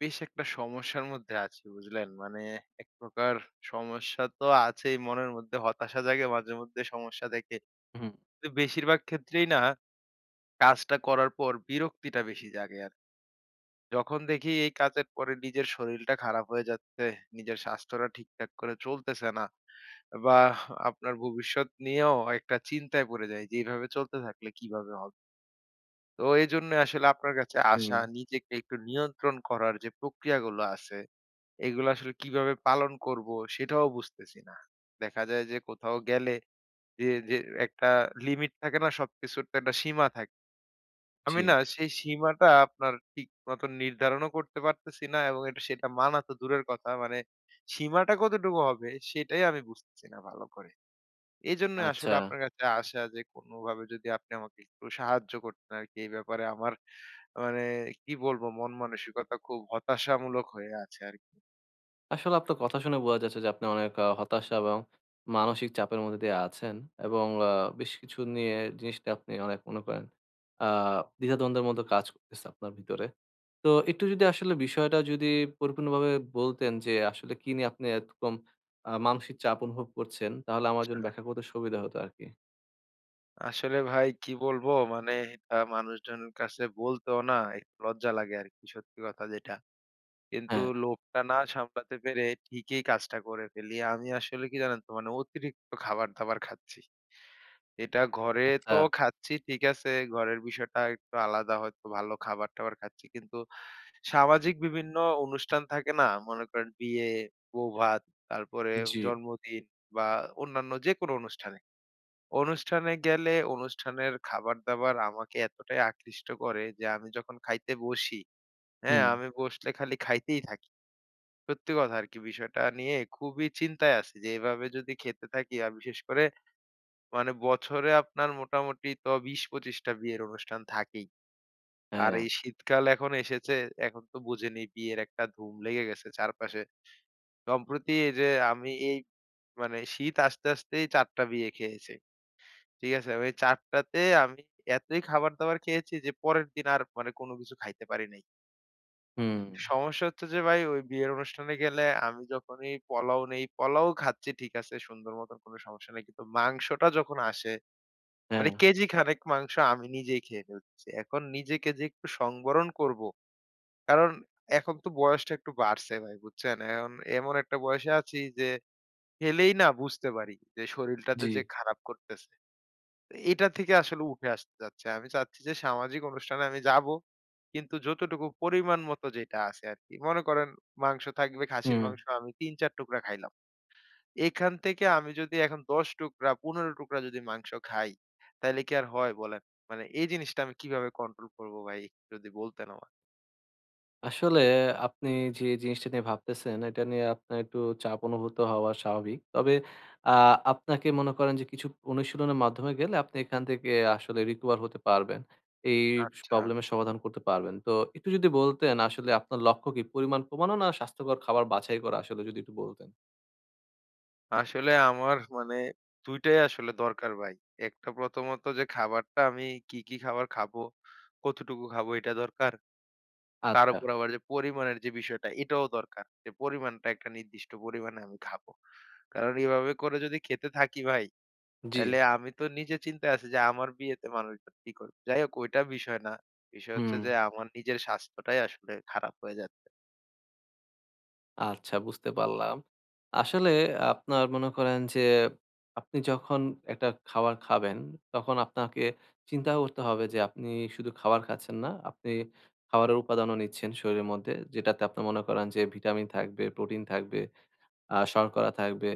বেশ একটা সমস্যার মধ্যে আছি বুঝলেন? মানে এক প্রকার সমস্যা তো আছেই মনের মধ্যে হতাশা জাগে মাঝে মধ্যে সমস্যা থেকে। হুম, কিন্তু বেশিরভাগ ক্ষেত্রেই না কাজটা করার পর বিরক্তিটা বেশি জাগে আর। যখন দেখি এই কাজের পরে নিজের শরীরটা খারাপ হয়ে যাচ্ছে, নিজের স্বাস্থ্যটা ঠিকঠাক করে চলতেছে না বা আপনার ভবিষ্যৎ নিয়েও একটা চিন্তায় পড়ে যাই যে এভাবে চলতে থাকলে কিভাবে হবে? তো এজন্য আসলে আপনার কাছে আসা হুম, নিজেকে একটু নিয়ন্ত্রণ করার যে প্রক্রিয়াগুলো আছে এগুলো আসলে কিভাবে পালন করব সেটাও বুঝতেছি না। দেখা যায় যে কোথাও গেলে যে একটা লিমিট থাকে না সবকিছুর তো একটা সীমা থাকে। আমি জি। না সেই সীমাটা আপনার ঠিক মতন নির্ধারণও করতে পারতেছি না এবং এটা সেটা মানা তো দূরের কথা মানে সীমাটা কতটুকু হবে সেটাই আমি বুঝতেছি না ভালো করে। এজন্যই আসলে আচ্ছা। আপনার কাছে আসা যে কোনভাবে যদি আপনি আমাকে একটু সাহায্য করতেন আরকি এই ব্যাপারে আমার মানে কি বলবো মন মানসিকতা খুব হতাশামূলক হয়ে আছে আরকি। আসলে আপনার কথা শুনে বোঝা যাচ্ছে যে আপনি অনেক হতাশা এবং মানসিক চাপের মধ্যে দিয়ে আছেন এবং বেশ কিছু নিয়ে জিনিসটা আপনি অনেক মনে করেন আ দ্বিধাদ্বন্দ্বের মতো কাজ করতেছে আপনার ভিতরে। তো একটু যদি আসলে বিষয়টা যদি পরিপূর্ণভাবে বলতেন যে আসলে কি নিয়ে আপনি এরকম মানসিক চাপ অনুভব করছেন, তাহলে আমার জন্য আচ্ছা। ব্যাখ্যা করতে সুবিধা হতো আরকি। আসলে ভাই কি বলবো? মানে এটা মানুষজনের কাছে বলতেও না একটু লজ্জা লাগে আরকি সত্যি কথা যেটা। কিন্তু হ্যাঁ, লোভটা না সামলাতে পেরে ঠিকই কাজটা করে ফেলি। আমি আসলে কি জানেন তো? মানে অতিরিক্ত খাবার-দাবার খাচ্ছি। এটা ঘরে আচ্ছা, তো খাচ্ছি ঠিক আছে, ঘরের বিষয়টা একটু আলাদা হয়তো ভালো খাবার-টাবার খাচ্ছি। কিন্তু সামাজিক বিভিন্ন অনুষ্ঠান থাকে না? মনে করেন বিয়ে, বৌভাত, তারপরে জি, জন্মদিন বা অন্যান্য যেকোনো অনুষ্ঠানে অনুষ্ঠানে গেলে অনুষ্ঠানের খাবার-দাবার আমাকে এতটাই আকৃষ্ট করে যে আমি যখন খাইতে বসি, হ্যাঁ? হুম, আমি বসলে খালি খাইতেই থাকি। সত্যি কথা আরকি বিষয়টা নিয়ে খুবই চিন্তায় আছি যে এভাবে যদি খেতে থাকি আর বিশেষ করে মানে বছরে আপনার মোটামুটি তো ২০-২৫ টা বিয়ের অনুষ্ঠান থাকেই। আর হ্যাঁ, এই শীতকাল এখন এসেছে, এখন তো বোঝেনই বিয়ের একটা ধুম লেগে গেছে চারপাশে। সম্প্রতি এই যে আমি এই মানে শীত আসতেই ৪ টা বিয়ে খেয়েছি। ঠিক আছে? ওই ৪ টাতে আমি এতই খাবার-দাবার খেয়েছি যে পরের দিন আর মানে কোনো কিছু খাইতে পারি নাই। হুম, সমস্যা হচ্ছে যে ভাই ওই বিয়ের অনুষ্ঠানে গেলে আমি যখনই পোলাও নেই, পোলাও খাচ্ছি ঠিক আছে, সুন্দর মতন কোনো সমস্যা নাই। কিন্তু মাংসটা যখন আসে, হ্যাঁ, মানে কেজি খানেক মাংস আমি নিজেই খেয়ে ফেলতেছি। এখন নিজেকে যে একটু সংবরণ করব। কারণ এখন তো বয়সটা একটু বাড়ছে ভাই, বুঝছেন? এখন এমন একটা বয়সে আছি যে খেলেই না বুঝতে পারি যে শরীরটাতে জি, যে খারাপ করতেছে। এটা থেকে আসলে উঠে আসতে চাচ্ছি। আমি চাচ্ছি যে সামাজিক অনুষ্ঠানে আমি যাব। কিন্তু যতটুকু পরিমাণ মতো যেটা আছে আরকি। মনে করেন মাংস থাকবে খাসির হুম। মাংস আমি ৩-৪ টুকরা খাইলাম। এখান থেকে আমি যদি এখন ১০ টুকরা ১৫ টুকরা যদি মাংস খাই, তাইলে কি আর হয় বলেন? মানে এই জিনিসটা আমি কিভাবে কন্ট্রোল করব ভাই একটু যদি বলতেন আমার? আসলে আপনি যে জিনিসটা নিয়ে ভাবতেছেন, এটা নিয়ে আপনার একটু চাপ অনুভূত হওয়া স্বাভাবিক। তবে আ আপনাকে মনে করেন যে কিছু অনুশীলনের মাধ্যমে গেলে আপনি এখান থেকে আসলে recover হতে পারবেন। এই আচ্ছা। প্রবলেমের সমাধান করতে পারবেন। তো একটু যদি বলতেন আসলে আপনার লক্ষ্য কি পরিমাণ কমানো না স্বাস্থ্যকর খাবার বাছাই করা আসলে যদি একটু বলতেন? আসলে আমার মানে ২ টাই আসলে দরকার ভাই। একটা প্রথমত যে খাবারটা আমি কি, কি খাবার খাবো, কতটুকু খাবো এটা দরকার। তার আচ্ছা, উপর আবার যে পরিমাণের যে বিষয়টা এটাও দরকার। যে পরিমাণটা একটা নির্দিষ্ট পরিমাণে আমি খাবো। কারণ এভাবে করে যদি খেতে থাকি ভাই, জি, তাহলে আমি তো নিজে চিন্তায় আছি যে আমার বিয়েতে মানুষজন কি করবে? যাই হোক ওইটা বিষয় না। বিষয় হচ্ছে হুম। যে আমার নিজের স্বাস্থ্যটাই আসলে খারাপ হয়ে যাচ্ছে। আচ্ছা বুঝতে পারলাম। আসলে আপনার মনে করেন যে, আপনি যখন একটা খাবার খাবেন, তখন আপনাকে চিন্তা করতে হবে যে আপনি শুধু খাবার খাচ্ছেন না, আপনি খাবারের উপাদানও নিচ্ছেন শরীরের মধ্যে। যেটাতে আপনি মনে করেন যে ভিটামিন থাকবে, প্রোটিন থাকবে, শর্করা থাকবে,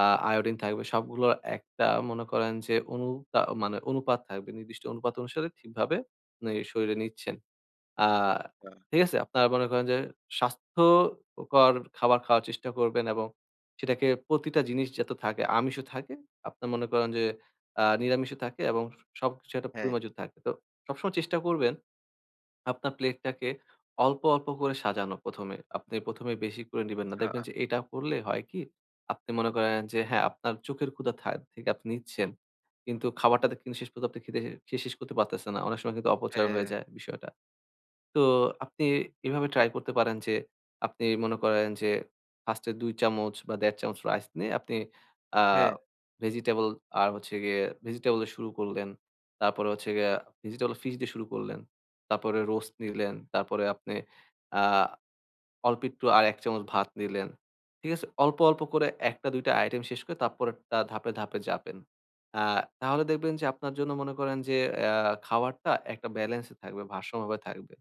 আ আয়োডিন থাকবে। সবগুলোর একটা মনে করেন যে মানে অনুপাত থাকবে। নির্দিষ্ট অনুপাত অনুসারে ঠিকভাবে আপনি শরীরে নিচ্ছেন। আ আ ঠিক আছে? আপনারা মনে করেন যে স্বাস্থ্যকর খাবার খাওয়ার চেষ্টা করবেন এবং সেটাকে প্রতিটা জিনিস যাতে থাকে, আমিষও থাকে। আপনার মনে করেন যে নিরামিষও থাকে এবং সবকিছু একটা হ্যাঁ, পরিমার্জিত থাকে। তো সবসময় চেষ্টা করবেন আপনার প্লেটটাকে অল্প, অল্প করে সাজানো ১ম এ। আপনি ১ম এ বেশি করে নিবেন না। আ দেখবেন যে এটা করলে হয় কি? আপনি মনে করেন যে হ্যাঁ, আপনার চোখের ক্ষুধা থেকে আপনি নিচ্ছেন। কিন্তু খাবারটাতে কিন্তু শেষ পর্যন্ত আপনি খেয়ে শেষ করতে পারতেছেন না। অনেক সময় কিন্তু অপচয় হ্যাঁ, হয়ে যায় বিষয়টা। তো আপনি এভাবে ট্রাই করতে পারেন যে, আপনি মনে করেন যে, 1st এ ২ চামচ বা ১.৫ চামচ রাইস নিয়ে আপনি আ হ্যাঁ। ভেজিটেবল আর হচ্ছে গিয়ে ভেজিটেবল দিয়ে শুরু করলেন। তারপরে হচ্ছে গিয়ে ভেজিটেবল ফিশ দিয়ে শুরু করলেন। তারপরে রোস্ট নিলেন। তারপরে আপনি আ অল্প একটু আর ১ চামচ ভাত নিলেন। ঠিক আছে? অল্প, অল্প করে ১ টা ২ টা আইটেম শেষ করে তারপরেরটা ধাপে, ধাপে যাবেন। আ তাহলে দেখবেন যে আপনার জন্য মনে করেন যে খাবারটা একটা ব্যালেন্সে থাকবে, ভারসাম্যভাবে থাকবে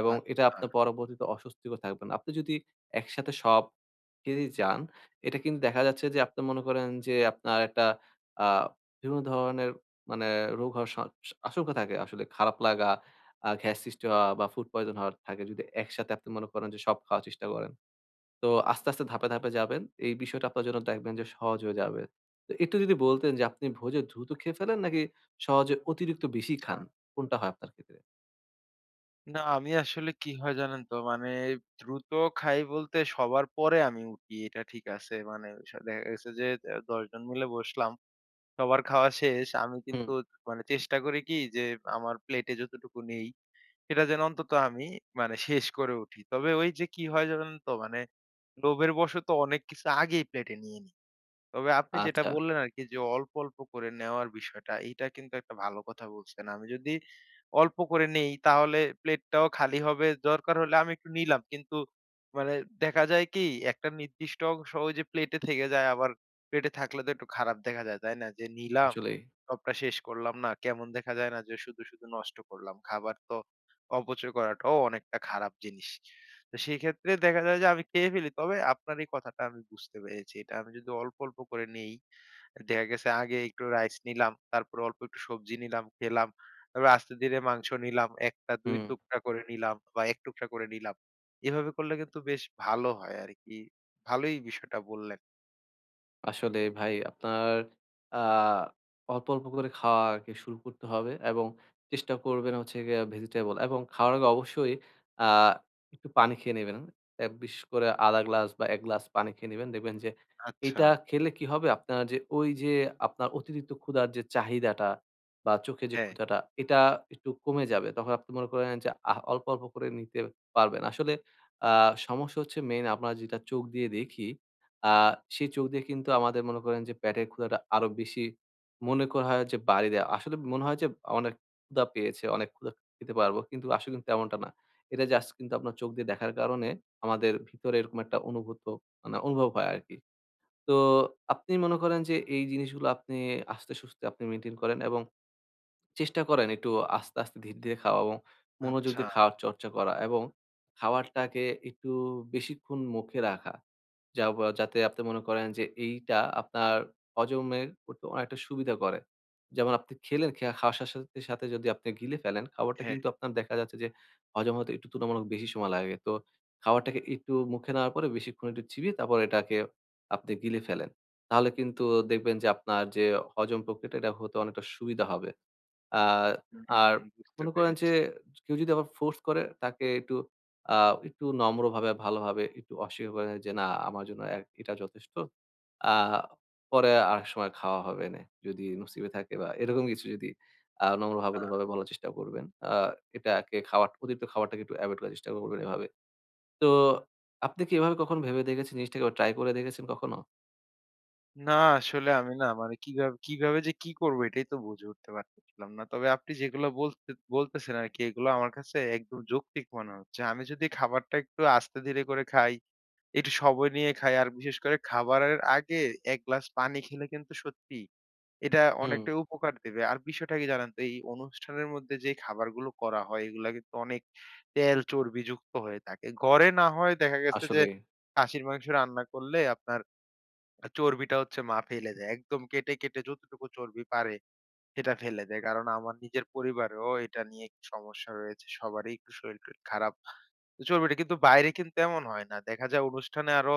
এবং এটা আচ্ছা, আপনার পরবর্তীতে অস্বস্তিকর থাকবে না। আপনি যদি একসাথে সব খেয়েই যান, এটা কিন্তু দেখা যাচ্ছে যে আপনি মনে করেন যে আপনার একটা আ বিভিন্ন ধরনের মানে রোগ হওয়ার আশঙ্কা থাকে আসলে খারাপ লাগা গ্যাস সৃষ্টি হওয়া বা ফুড পয়জন হওয়ার থাকে যদি একসাথে আপনি মনে করেন যে সব খাওয়ার চেষ্টা করেন। তো আস্তে, আস্তে ধাপে, ধাপে যাবেন। এই বিষয়টা আপনার জন্য দেখবেন যে সহজ হয়ে যাবে। তো একটু যদি বলতেন যে আপনি ভোজে দ্রুত খেয়ে ফেলেন নাকি সহজে অতিরিক্ত বেশি আচ্ছা। খান? কোনটা হয় আপনার ক্ষেত্রে? না আমি আসলে কি হয় জানেন তো? মানে দ্রুত খাই বলতে সবার পরে আমি উঠি এটা ঠিক আছে। মানে দেখা গেছে যে ১০ জন মিলে বসলাম সবার খাওয়া শেষ। আমি হুম। কিন্তু মানে চেষ্টা করি কি যে আমার প্লেটে যতটুকু নেই সেটা যেন অন্তত আমি মানে শেষ করে উঠি। তবে ওই যে কি হয় জানেন তো মানে লোভের বশত অনেক কিছু আগেই প্লেটে নিয়ে নিই। তবে আপনি যেটা আচ্ছা, বললেন আরকি যে অল্প, অল্প করে নেওয়ার বিষয়টা, এইটা কিন্তু একটা ভালো কথা বলছেন। আমি যদি অল্প করে নেই তাহলে প্লেটটাও খালি হবে। দরকার হলে আমি একটু নিলাম। কিন্তু মানে দেখা যায় কি একটা নির্দিষ্ট অংশ ওই যে প্লেটে থেকে যায় আবার প্লেটে থাকলে তো একটু খারাপ দেখা যায়, তাই না? যে নিলাম, আসলেই। সবটা শেষ করলাম না। কেমন দেখা যায় না যে শুধু, শুধু নষ্ট করলাম। খাবার তো অপচয় করাটাও অনেকটা খারাপ জিনিস। তো সেই ক্ষেত্রে দেখা যায় যে আমি খেয়ে ফেলি। তবে আপনার এই কথাটা আমি বুঝতে পেরেছি। এটা আমি যদি অল্প, অল্প করে নেই, দেখা গেছে আগে একটু রাইস নিলাম, তারপরে অল্প একটু সবজি নিলাম, খেলাম। তারপরে আস্তে ধীরে মাংস নিলাম, ১ টা ২ হুম। টুকরা করে নিলাম বা ১ টুকরা করে নিলাম। এভাবে করলে কিন্তু বেশ ভালো হয় আরকি। ভালোই বিষয়টা বললেন। আসলে ভাই আপনার আ অল্প, অল্প করে খাওয়া আরকি শুরু করতে হবে এবং চেষ্টা করবেন হচ্ছে গিয়ে ভেজিটেবল এবং খাওয়ার আগে অবশ্যই আ একটু পানি খেয়ে নেবেন। এ বিশেষ করে ১/২ গ্লাস বা ১ গ্লাস পানি খেয়ে নিবেন। দেখবেন যে আচ্ছা। এটা খেলে কি হবে আপনার যে ওই যে আপনার অতিরিক্ত ক্ষুধার যে চাহিদাটা বা চোখে যে হ্যাঁ। ক্ষুধাটা এটা একটু কমে যাবে। তখন আপনি মনে করেন যে অল্প, অল্প করে নিতে পারবেন। আসলে আ সমস্যা হচ্ছে মেইন আমরা যেটা চোখ দিয়ে দেখি আ সেই চোখ দিয়ে কিন্তু আমাদের মনে করেন যে পেটের ক্ষুধাটা আরো বেশি মনে করা হয় যে বাড়ি দেয়া। আসলে মনে হয় যে অনেক ক্ষুধা পেয়েছে, অনেক ক্ষুধা খেতে পারবো। কিন্তু আসলে কিন্তু তেমনটা না। এটা জাস্ট কিন্তু আপনার চোখ দিয়ে দেখার কারণে আমাদের ভিতরে এরকম একটা মানে অনুভব হয় আরকি। তো আপনি মনে করেন যে এই জিনিসগুলো আপনি আস্তে সুস্তে মেইনটেইন করেন এবং চেষ্টা করেন একটু আস্তে, আস্তে ধীরে, ধীরে খাওয়া এবং মনোযোগ আচ্ছা। দিয়ে খাওয়ার চর্চা করা এবং খাবারটাকে একটু বেশিক্ষণ মুখে রাখা। যা বা যাতে আপনি মনে করেন যে এইটা আপনার হজমের করতে অনেকটা সুবিধা করে। যেমন আপনি খেলেন, খাওয়ার সাথে, সাথে সাথে যদি আপনি গিলে ফেলেন, খাবারটা হ্যাঁ। কিন্তু আপনার দেখা যাচ্ছে যে হজম হতে একটু তুলনামূলক বেশি সময় লাগে। তো খাবারটাকে একটু মুখে নেওয়ার পরে বেশিক্ষণ একটু চিবিয়ে তারপর এটাকে আপনি গিলে ফেলেন। তাহলে কিন্তু দেখবেন যে আপনার যে হজম প্রক্রিয়াটা এটা হতে অনেকটা সুবিধা হবে। আ আর হুম, বুঝতে মনে করেন যে পেরেছি। কেউ যদি আবার ফোর্স করে তাকে একটু আ একটু নম্রভাবে ভালোভাবে একটু অস্বীকার করে যে না আমার জন্য এটা যথেষ্ট। আ পরে আরেক সময় খাওয়া হবেনে। যদি নসিবে থাকে বা এরকম কিছু যদি নম্রভাবে বলার চেষ্টা করবেন। এটাকে খাওয়ার অতিরিক্ত খাবারটাকে একটু এভয়েড করার চেষ্টা করবেন এভাবে। তো আপনি কি এভাবে কখনো ভেবে দেখেছেন জিনিসটাকে ট্রাই করে দেখেছেন কখনো? না, আসলে আমি না মানে কিভাবে কিভাবে যে কি করবো এটাই তো বুঝে উঠতে পারতেছিলাম না। তবে আপনি যেগুলো বলতেছেন আরকি এগুলো আমার কাছে একদম যৌক্তিক মনে হচ্ছে। আমি যদি খাবারটা একটু আস্তে ধীরে করে খাই, একটু সময় নিয়ে খাই আর বিশেষ করে খাবারের আগে ১ গ্লাস পানি খেলে কিন্তু সত্যি এটা হুম, অনেকটাই উপকার দেবে। আর বিষয়টা কি জানেন তো এই অনুষ্ঠানের মধ্যে যে খাবারগুলো করা হয় এগুলা কিন্তু অনেক তেল চর্বিযুক্ত হয়ে থাকে। ঘরে না হয় দেখা গেছে যে আসলেই। খাসির মাংস রান্না করলে আপনার চর্বিটা হচ্ছে মা ফেলে দেয়। একদম কেটে, কেটে যতটুকু চর্বি পারে সেটা ফেলে দেয়। কারণ আমার নিজের পরিবারেও এটা নিয়ে একটু সমস্যা রয়েছে। সবারই একটু শরীর-টরীর খারাপ। তো চর্বিটা কিন্তু বাইরে কিন্তু এমন হয় না। দেখা যায় অনুষ্ঠানে আরো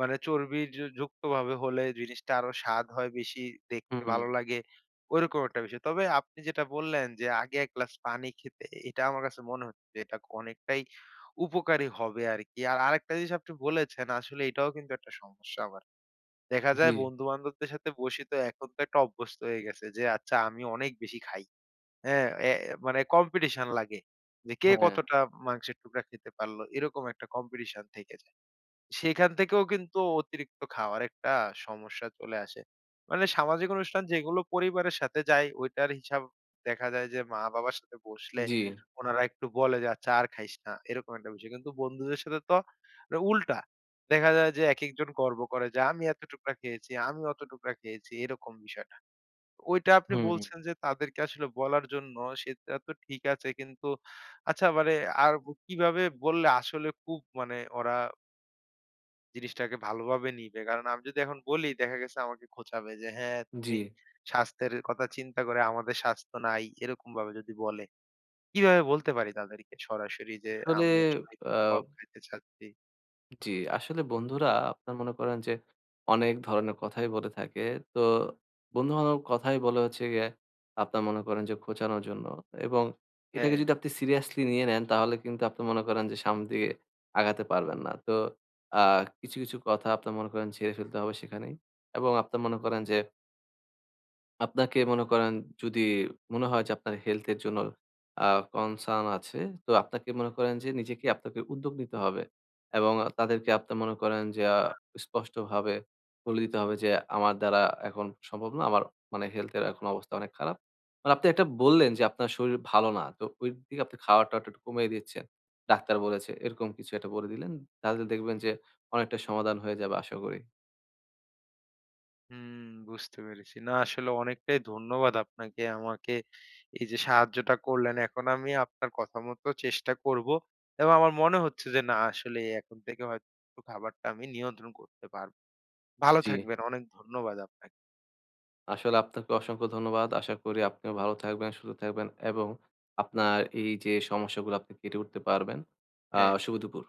মানে চর্বি যুক্তভাবে হলে জিনিসটা আরো স্বাদ হয় বেশি, দেখতে হুম, ভালো লাগে। ওইরকম একটা বিষয়। তবে আপনি যেটা বললেন যে আগে ১ গ্লাস পানি খেতে, এটা আমার কাছে মনে হচ্ছে যে এটা অনেকটাই উপকারী হবে আরকি। আর আরেকটা জিনিস আপনি বলেছেন আসলে এটাও কিন্তু একটা সমস্যা আমার। দেখা যায় জি। বন্ধু-বান্ধবদের সাথে বসি তো এখন তো একটা অভ্যস্ত হয়ে গেছে যে আচ্ছা আমি অনেক বেশি খাই। হ্যাঁ? এ মানে কম্পিটিশন লাগে যে কে হ্যাঁ, কতটা মাংসের টুকরা খেতে পারলো এরকম একটা কম্পিটিশন থেকে যায়। সেখান থেকেও কিন্তু অতিরিক্ত খাওয়ার একটা সমস্যা চলে আসে। মানে সামাজিক অনুষ্ঠান যেগুলো পরিবারের সাথে যায় ওইটার হিসাব দেখা যায় যে মা-বাবার সাথে বসলে জি। উনারা একটু বলে যে, "আচ্ছা আর খাইস না।" এরকম একটা বিষয়। কিন্তু বন্ধুদের সাথে তো মানে উল্টা। দেখা যায় যে একেকজন গর্ব করে যে, "আমি এত টুকরা খেয়েছি, আমি অত টুকরা খেয়েছি।" এরকম বিষয়টা। ওইটা আপনি হুম, বলছেন যে তাদেরকে আসলে বলার জন্য সেটা তো ঠিক আছে। কিন্তু আচ্ছা মানে আর কিভাবে বললে আসলে খুব মানে ওরা জিনিসটাকে ভালোভাবে নিবে। কারণ আমি যদি এখন বলি দেখা গেছে আমাকে খোঁচাবে যে, "হ্যাঁ, তুমি জি। স্বাস্থ্যের কথা চিন্তা করে আমাদের স্বাস্থ্য নাই" এরকম ভাবে যদি বলে। কিভাবে বলতে পারি তাদেরকে সরাসরি যে আসলে আমি আসলে আ কম খাইতে চাচ্ছি? জি, আসলে বন্ধুরা আপনার মনে করেন যে অনেক ধরনের কথাই বলে থাকে। তো বন্ধু-বান্ধব কথাই বলে হচ্ছে গিয়ে আপনার মনে করেন যে খোঁচানোর জন্য এবং এটাকে হ্যাঁ। যদি আপনি সিরিয়াসলি নিয়ে নেন তাহলে কিন্তু আপনি মনে করেন যে সামনের দিকে আগাতে পারবেন না। তো আ কিছু, কিছু কথা আপনার মনে করেন ঝেড়ে ফেলতে হবে সেখানেই এবং আপনার মনে করেন যে আপনাকে মনে করেন যদি মনে হয় যে আপনার হেলথ এর জন্য আ কনসার্ন আছে, তো আপনাকে মনে করেন যে নিজেকে আপনাকে উদ্যোগ নিতে হবে। এবং তাদেরকে আপনি মনে করেন যে স্পষ্টভাবে বলে দিতে হবে যে, "আমার দ্বারা এখন সম্ভব না। আমার মানে হেলথ এর এখন অবস্থা অনেক খারাপ।" মানে আপনি একটা বললেন যে আপনার শরীর ভালো না। তো ওই দিকে আপনি খাওয়াটা-টাওয়াটা একটু কমিয়ে দিচ্ছেন। ডাক্তার বলেছে এরকম কিছু একটা বলে দিলেন। তাহলে দেখবেন যে অনেকটা সমাধান হয়ে যাবে আশা করি। হুম, বুঝতে পেরেছি। না আসলে অনেকটাই ধন্যবাদ আপনাকে আমাকে এই যে সাহায্যটা করলেন। এখন আমি আপনার কথা মতো চেষ্টা করব। এবং আমার মনে হচ্ছে যে না আসলে এখন থেকে হয়তো খাবারটা আমি নিয়ন্ত্রণ করতে পারব। ভালো জি। থাকবেন। অনেক ধন্যবাদ আপনাকে। আসলে আপনাকে অসংখ্য ধন্যবাদ। আশা করি আপনিও ভালো থাকবেন, সুস্থ থাকবেন এবং আপনার এই যে সমস্যাগুলো আপনি কেটে উঠতে পারবেন। আ হ্যাঁ। শুভ দুপুর।